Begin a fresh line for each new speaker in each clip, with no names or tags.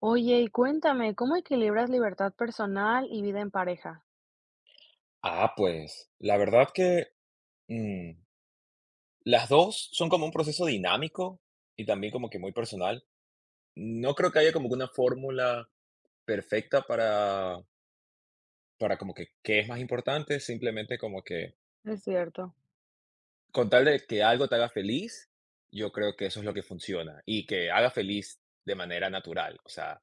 Oye, y cuéntame, ¿cómo equilibras libertad personal y vida en pareja?
Ah, pues, la verdad que, mm, las 2 son como un proceso dinámico y también como que muy personal. No creo que haya como que una fórmula perfecta para como que qué es más importante, simplemente como que
Es cierto.
con tal de que algo te haga feliz, yo creo que eso es lo que funciona y que haga feliz de manera natural, o sea,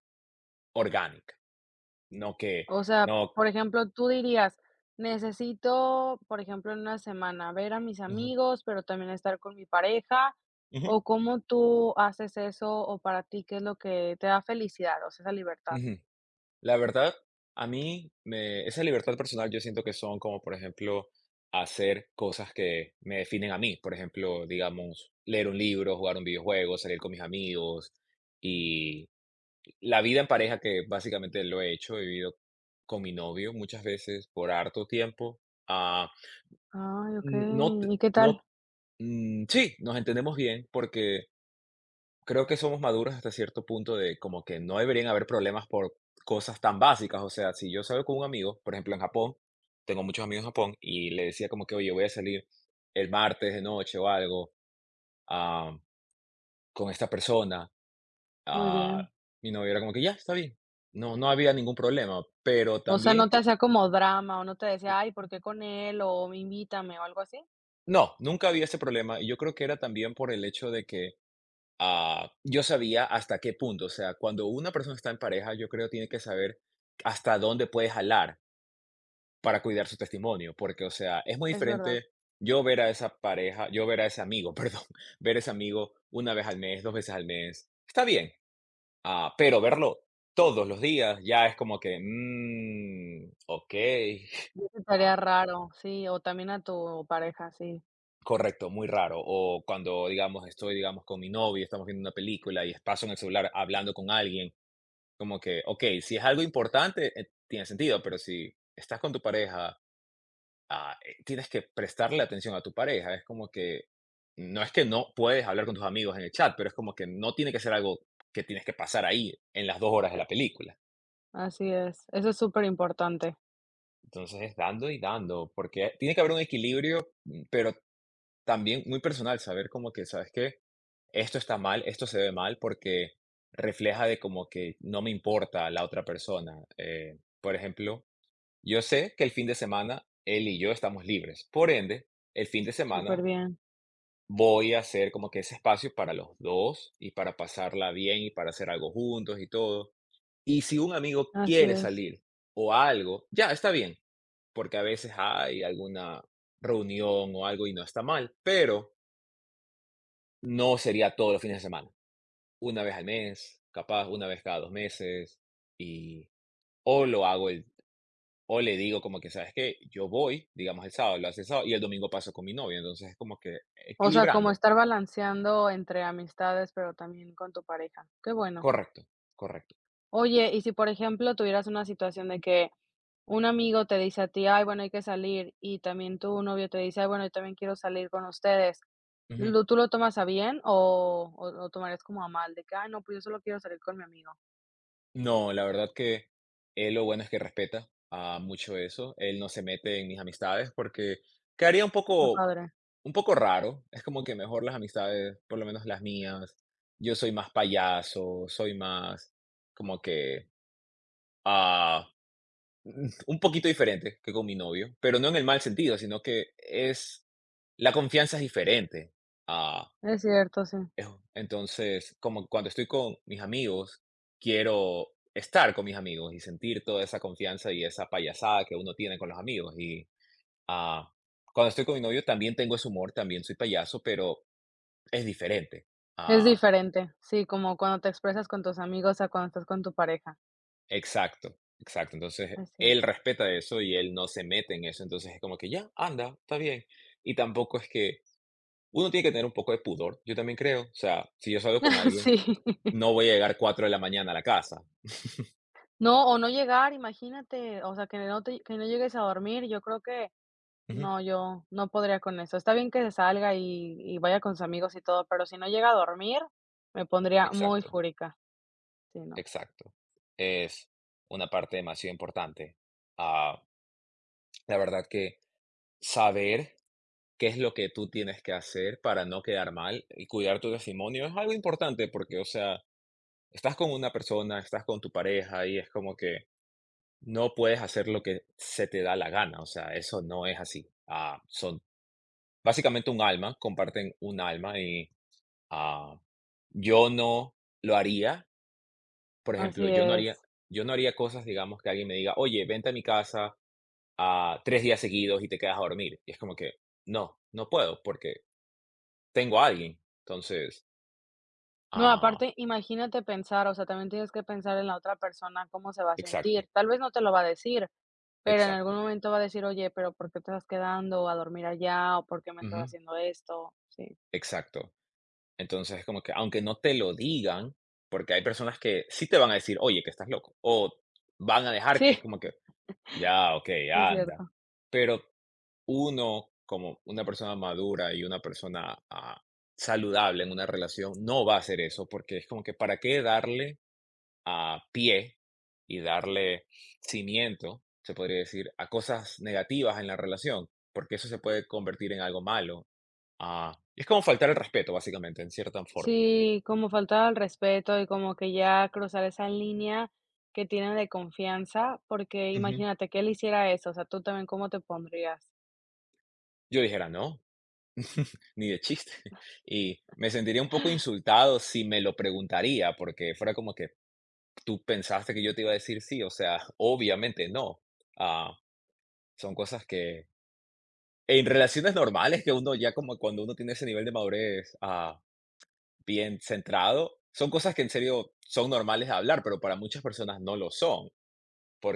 orgánica, no que
O sea,
no.
por ejemplo, tú dirías, necesito, por ejemplo, en una semana ver a mis
Ujú,
amigos, pero también estar con mi pareja,
ujú,
o cómo tú haces eso, o para ti, ¿qué es lo que te da felicidad, o sea, esa libertad?
ujú. La verdad, a mí me esa libertad personal yo siento que son como, por ejemplo, hacer cosas que me definen a mí. Por ejemplo, digamos, leer un libro, jugar un videojuego, salir con mis amigos y la vida en pareja que básicamente lo he hecho, he vivido con mi novio muchas veces por harto tiempo. Ah,
Ay,
n no t
okey, ¿y qué
no,
tal?
mm, sí, nos entendemos bien porque creo que somos maduros hasta cierto punto de como que no deberían haber problemas por cosas tan básicas. O sea, si yo salgo con un amigo, por ejemplo, en Japón, tengo muchos amigos en Japón y le decía como que, oye, voy a salir el martes de noche o algo ah, con esta persona.
Muy
Ah,
bien.
mi novio era como que, ya, está bien. No, no había ningún problema, pero
O sea,
también,
no te hacía como drama, o no te decía: "Ay, ¿por qué con él?", o "invítame", o algo así.
no, nunca había ese problema. Y yo creo que era también por el hecho de que ah, yo sabía hasta qué punto. O sea, cuando una persona está en pareja, yo creo tiene que saber hasta dónde puede jalar para cuidar su testimonio, porque, o sea, es muy
Es verdad.
diferente yo ver a esa pareja, yo ver a ese amigo, perdón, ver a ese amigo una vez al mes, dos veces al mes, está bien, ah, pero verlo todos los días ya es como que, mm, ok.
Eso estaría
Ah,
raro, sí, o también a tu pareja, sí,
correcto, muy raro. O cuando, digamos, estoy, digamos, con mi novia, estamos viendo una película y paso en el celular hablando con alguien, como que, ok, si es algo importante, tiene sentido, pero si estás con tu pareja ah, tienes que prestarle atención a tu pareja. Es como que no es que no puedes hablar con tus amigos en el chat, pero es como que no tiene que ser algo que tienes que pasar ahí en las 2 horas de la película.
así es. Eso es súper importante.
Entonces es dando y dando, porque tiene que haber un equilibrio, pero también muy personal, saber como que, ¿sabes qué? Esto está mal, esto se ve mal, porque refleja de como que no me importa la otra persona. Por ejemplo, yo sé que el fin de semana él y yo estamos libres. Por ende, el fin de semana
Súper bien.
voy a hacer como que ese espacio para los 2 y para pasarla bien y para hacer algo juntos y todo. Y si un amigo
Así
quiere
es.
salir o algo, ya está bien, porque a veces hay alguna reunión o algo y no está mal, pero no sería todos los fines de semana. Una vez al mes, capaz una vez cada 2 meses y o lo hago el o le digo como que, ¿sabes qué? Yo voy, digamos, el sábado, lo hace el sábado y el domingo paso con mi novia. Entonces, es como que
O sea, como
equilibrando.
estar balanceando entre amistades, pero también con tu pareja. Qué bueno.
Correcto, correcto.
Oye, y si, por ejemplo, tuvieras una situación de que un amigo te dice a ti: "Ay, bueno, hay que salir", y también tu novio te dice: "Ay, bueno, yo también quiero salir con ustedes", ¿lo tú lo tomas a bien o lo tomarías como a mal? De que: "Ay, no, pues yo solo quiero salir con mi amigo".
No, la verdad que él lo bueno es que respeta, ah, mucho eso. Él no se mete en mis amistades porque quedaría un
Mi
poco
padre.
raro. Es como que mejor las amistades, por lo menos las mías. Yo soy más payaso, soy más como que, ah, un poquito diferente que con mi novio, pero no en el mal sentido, sino que es la confianza es diferente. Ah,
Es cierto, sí.
Ejo. Entonces, como cuando estoy con mis amigos, quiero estar con mis amigos y sentir toda esa confianza y esa payasada que uno tiene con los amigos. Y ah, cuando estoy con mi novio también tengo ese humor, también soy payaso, pero es diferente.
Es
Ah,
diferente, sí, como cuando te expresas con tus amigos a cuando estás con tu pareja,
exacto, exacto. Entonces,
es
él
cierto.
respeta eso y él no se mete en eso. Entonces, es como que ya, anda, está bien. Y tampoco es que uno tiene que tener un poco de pudor, yo también creo. O sea, si yo salgo con alguien,
Sí.
no voy a llegar 4 de la mañana a la casa.
No, o no llegar, imagínate, o sea, que no llegues a dormir, yo creo que
Ujú.
no, yo no podría con eso. Está bien que se salga y vaya con sus amigos y todo, pero si no llega a dormir, me pondría muy
Exacto.
fúrica, sí, no.
Exacto. Es una parte demasiado importante. Ah, la verdad que saber qué es lo que tú tienes que hacer para no quedar mal y cuidar tu testimonio es algo importante porque, o sea, estás con una persona, estás con tu pareja y es como que no puedes hacer lo que se te da la gana. O sea, eso no es así. Ah, son básicamente un alma, comparten un alma y ah, yo no lo haría. Por ejemplo,
Así
yo no
es.
haría, yo no haría cosas, digamos, que alguien me diga, oye, vente a mi casa a 3 días seguidos y te quedas a dormir. Y es como que, no, no puedo porque tengo a alguien. Entonces,
No,
ah,
aparte, imagínate pensar, o sea, también tienes que pensar en la otra persona, cómo se va a sentir.
exacto,
Tal vez no te lo va a decir, pero en algún
exacto,
momento va a decir: "Oye, pero, ¿por qué te estás quedando a dormir allá? ¿O por qué me estás
ujú,
haciendo esto?". Sí.
exacto. Entonces es como que, aunque no te lo digan, porque hay personas que sí te van a decir, oye, que estás loco, o van a dejar que es
Sí,
como que, ya, ok,
es
anda.
cierto.
Pero uno, como una persona madura y una persona ah, saludable en una relación, no va a hacer eso, porque es como que, ¿para qué darle a pie y darle cimiento, se podría decir, a cosas negativas en la relación, porque eso se puede convertir en algo malo? Ah, es como faltar el respeto, básicamente, en cierta forma.
Sí, como faltaba el respeto y como que ya cruzar esa línea que tienen de confianza, porque
Ujú.
imagínate que él hiciera eso, o sea, tú también, ¿cómo te pondrías?
Yo dijera, no, ni de chiste. Y me sentiría un poco insultado si me lo preguntaría, porque fuera como que tú pensaste que yo te iba a decir sí, o sea, obviamente no. Ah, son cosas que en relaciones normales que uno ya como cuando uno tiene ese nivel de madurez, ah, bien centrado. Son cosas que en serio son normales de hablar, pero para muchas personas no lo son,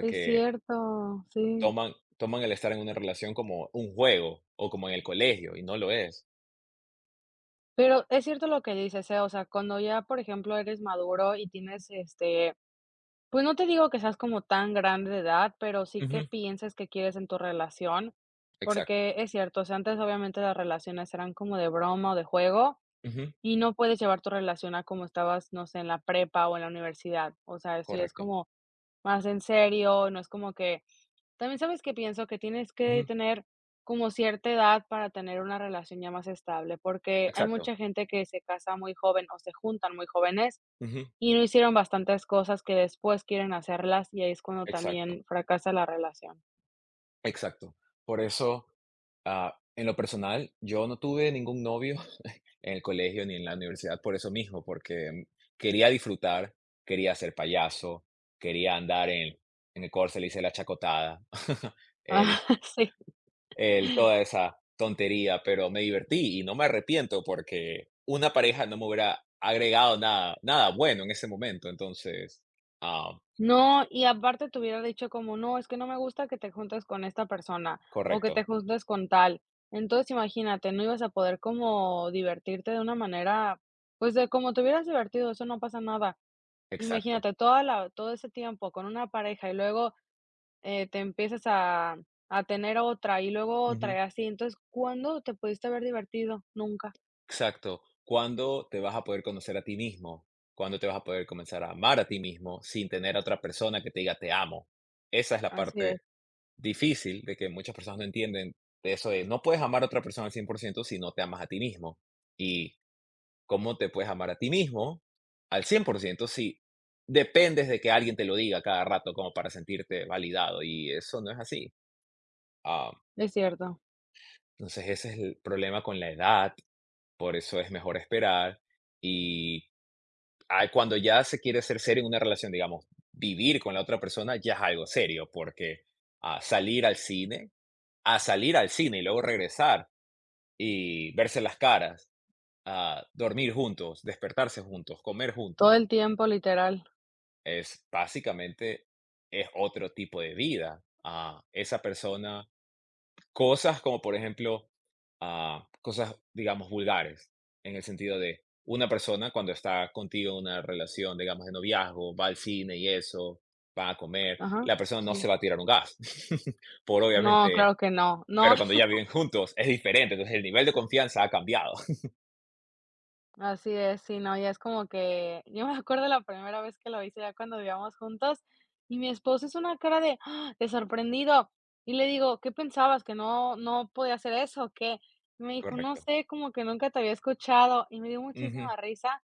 Es cierto, sí.
toman, toman el estar en una relación como un juego o como en el colegio, y no lo es.
Pero es cierto lo que dices, ¿eh? O sea, cuando ya, por ejemplo, eres maduro y tienes, este, pues no te digo que seas como tan grande de edad, pero sí que
Ujú.
pienses que quieres en tu relación,
Exacto.
porque es cierto, o sea, antes obviamente las relaciones eran como de broma o de juego
Ujú.
y no puedes llevar tu relación a como estabas, no sé, en la prepa o en la universidad. O sea, esto ya es
Correcto.
como más en serio, no es como que también sabes que pienso que tienes que
Ujú.
tener como cierta edad para tener una relación ya más estable, porque hay
Exacto.
mucha gente que se casa muy joven o se juntan muy jóvenes
Ujú.
y no hicieron bastantes cosas que después quieren hacerlas, y ahí es cuando
Exacto.
también fracasa la relación.
Exacto. Por eso, ah, en lo personal, yo no tuve ningún novio en el colegio ni en la universidad por eso mismo, porque quería disfrutar, quería ser payaso, quería andar en el Corsa, le hice la chacotada, el,
Ah. Sí.
toda esa tontería, pero me divertí y no me arrepiento porque una pareja no me hubiera agregado nada, nada bueno en ese momento. Entonces, ah,
No, y aparte te hubiera dicho como: "No, es que no me gusta que te juntes con esta persona, o que te
correcto,
juntes con tal". Entonces, imagínate, no ibas a poder como divertirte de una manera, pues, de como te hubieras divertido, eso no pasa nada.
exacto.
Imagínate toda la todo ese tiempo con una pareja, y luego, te empiezas a tener otra, y luego otra, y así. Entonces, ¿cuándo te pudiste haber divertido? Nunca.
Exacto. ¿Cuándo te vas a poder conocer a ti mismo? ¿Cuándo te vas a poder comenzar a amar a ti mismo sin tener a otra persona que te diga te amo? Esa es la
Así
parte difícil de que muchas personas no entienden de eso de no puedes amar a otra persona al 100% si no te amas a ti mismo. ¿Y cómo te puedes amar a ti mismo al 100% si dependes de que alguien te lo diga cada rato como para sentirte validado? Y eso no es así. Ah,
es cierto.
entonces ese es el problema con la edad, por eso es mejor esperar y ah, cuando ya se quiere ser serio en una relación, digamos, vivir con la otra persona ya es algo serio, porque a salir al cine, a salir al cine y luego regresar y verse las caras, a dormir juntos, despertarse juntos, comer
Todo el
juntos,
tiempo, literal.
es básicamente es otro tipo de vida. Ah, esa persona. Cosas como, por ejemplo, ah, cosas, digamos, vulgares, en el sentido de una persona cuando está contigo en una relación, digamos, de noviazgo, va al cine y eso, va a comer,
Ajá,
la persona no
sí.
se va a tirar un gas. Por
No,
obviamente,
claro que no. No.
pero cuando ya viven juntos es diferente, entonces el nivel de confianza ha cambiado.
Así es, sí, no, ya es como que yo me acuerdo la primera vez que lo hice ya cuando vivíamos juntos, y mi esposo es una cara de, ¡ah!, de sorprendido, y le digo: "¿Qué pensabas? ¿Que no podía hacer eso o qué?". Y me dijo: "No
Correcto.
sé, como que nunca te había escuchado", y me dio
Ujú,
muchísima risa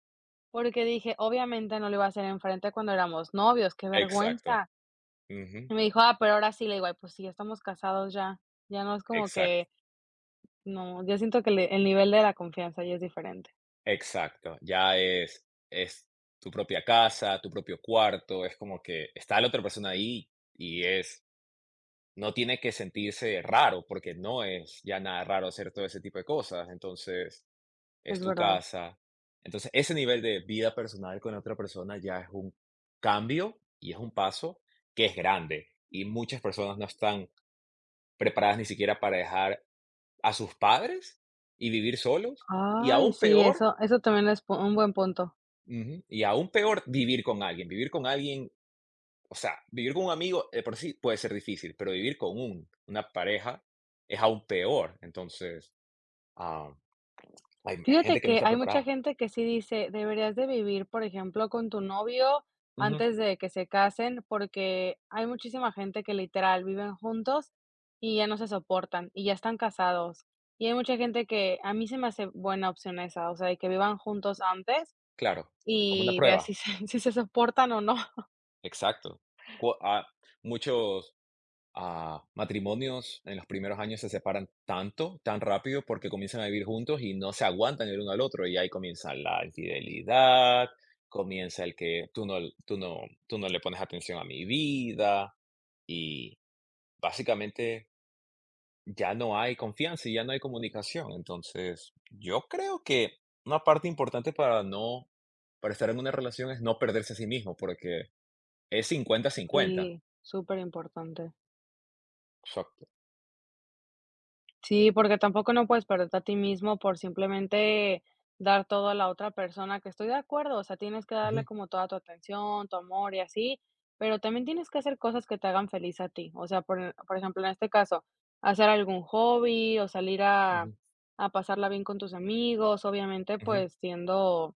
porque dije: "Obviamente no lo iba a hacer enfrente cuando éramos novios, qué
exacto.
vergüenza".
Ujú,
Y me dijo: "Ah, pero ahora sí", le digo: "Ay, pues sí, ya estamos casados ya, ya no es como
exacto,
que no, yo siento que le el nivel de la confianza ya es diferente".
exacto. Ya es tu propia casa, tu propio cuarto, es como que está la otra persona ahí y es no tiene que sentirse raro, porque no es ya nada raro hacer todo ese tipo de cosas. Entonces, es
Es
tu
verdad.
casa. Entonces, ese nivel de vida personal con otra persona ya es un cambio y es un paso que es grande. Y muchas personas no están preparadas ni siquiera para dejar a sus padres y vivir solos. Y
Ay,
aún
sí,
peor,
eso también es pu un buen punto.
ujú, y aún peor, vivir con alguien. Vivir con alguien. O sea, vivir con un amigo de por sí puede ser difícil, pero vivir con un una pareja es aún peor. Entonces, ah, hay
Fíjate
gente que no
que
está
hay mucha
preparada.
gente que sí dice: "Deberías de vivir, por ejemplo, con tu novio
Ujú,
antes de que se casen", porque hay muchísima gente que literal viven juntos y ya no se soportan y ya están casados. Y hay mucha gente que a mí se me hace buena opción esa, o sea, de que vivan juntos antes
claro, como una
y vea
prueba.
si se si se soportan o no.
Exacto. Cu- ah, muchos ah, matrimonios en los primeros años se separan tanto, tan rápido, porque comienzan a vivir juntos y no se aguantan el uno al otro. Y ahí comienza la infidelidad, comienza el que tú no, tú no le pones atención a mi vida. Y básicamente ya no hay confianza y ya no hay comunicación. Entonces, yo creo que una parte importante para no, para estar en una relación es no perderse a sí mismo, porque es 50/50.
Sí, súper importante.
Exacto.
Sí, porque tampoco no puedes perderte a ti mismo por simplemente dar todo a la otra persona, que estoy de acuerdo, o sea, tienes que darle
Ujú,
como toda tu atención, tu amor y así, pero también tienes que hacer cosas que te hagan feliz a ti. O sea, por ejemplo, en este caso, hacer algún hobby o salir a
ujú,
a pasarla bien con tus amigos, obviamente,
ujú.
pues siendo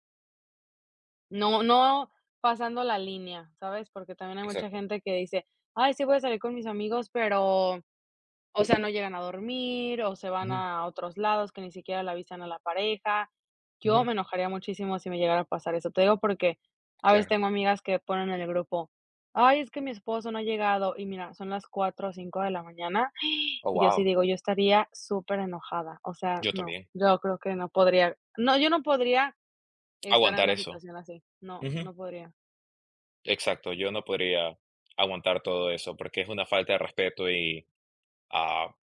no pasando la línea, ¿sabes? Porque también hay mucha
Exacto.
gente que dice: "Ay, sí, voy a salir con mis amigos", pero, o sea, no llegan a dormir, o se van
Ujú,
a otros lados que ni siquiera le avisan a la pareja. Yo
ujú.
me enojaría muchísimo si me llegara a pasar eso. Te digo porque a veces
Claro.
tengo amigas que ponen en el grupo: "Ay, es que mi esposo no ha llegado", y mira, son las 4 o 5 de la mañana,
Oh,
y yo sí
wow.
digo, yo estaría súper enojada. O sea,
Yo
no,
también.
yo creo que no podría estar en
Aguantar
una
eso.
situación así. No,
Ujú.
no podría.
Exacto. Yo no podría aguantar todo eso porque es una falta de respeto y ah,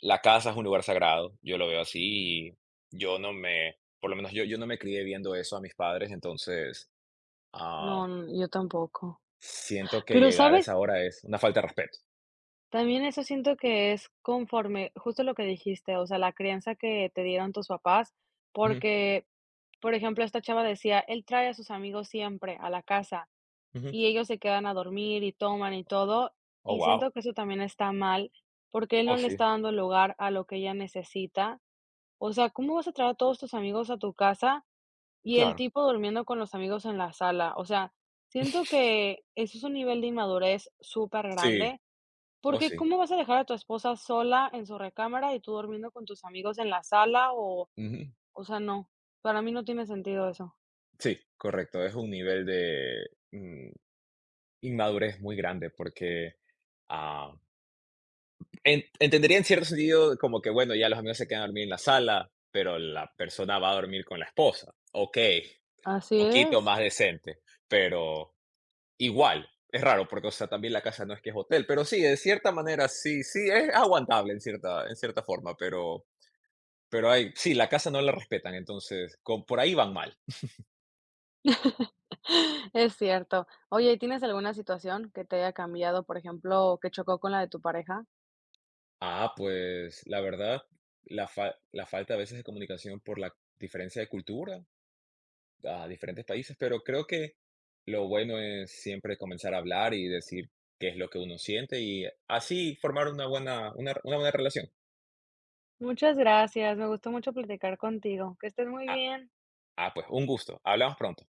la casa es un lugar sagrado, yo lo veo así, y yo no me por lo menos yo no me crié viendo eso a mis padres, entonces,
No,
ah,
n yo tampoco.
siento que
Pero,
llegar a
¿sabes?
esa hora es una falta de respeto.
También eso siento que es conforme justo lo que dijiste, o sea, la crianza que te dieron tus papás,
Ujú,
porque, por ejemplo, esta chava decía: "Él trae a sus amigos siempre a la casa,
ujú.
y ellos se quedan a dormir y toman y todo",
Oh,
y
wow.
siento que eso también está mal, porque él no
Oh,
le está
sí,
dando lugar a lo que ella necesita. O sea, ¿cómo vas a traer a todos tus amigos a tu casa y el
claro.
tipo durmiendo con los amigos en la sala, o sea, siento que eso es un nivel de inmadurez súper
Sí,
grande,
oh,
porque
sí.
¿cómo vas a dejar a tu esposa sola en su recámara y tú durmiendo con tus amigos en la sala?
Ujú.
O sea, no, para mí no tiene sentido eso.
Sí, correcto, es un nivel de, mm, inmadurez muy grande porque, ah, en entendería en cierto sentido como que, bueno, ya los amigos se quedan a dormir en la sala, pero la persona va a dormir con la esposa, okey.
Así es.
Poquito más decente, pero igual, es raro porque, o sea, también la casa no es que es hotel, pero sí, de cierta manera sí, sí, es aguantable en cierta forma, pero hay, sí, la casa no la respetan, entonces con, por ahí van mal.
Es cierto. Oye, ¿y tienes alguna situación que te haya cambiado, por ejemplo, que chocó con la de tu pareja?
Ah, pues la verdad, la falta a veces de comunicación por la diferencia de cultura a diferentes países, pero creo que lo bueno es siempre comenzar a hablar y decir qué es lo que uno siente y así formar una buena, una buena relación.
Muchas gracias, me gustó mucho platicar contigo. Que estés muy bien.
Ah, pues un gusto. Hablamos pronto.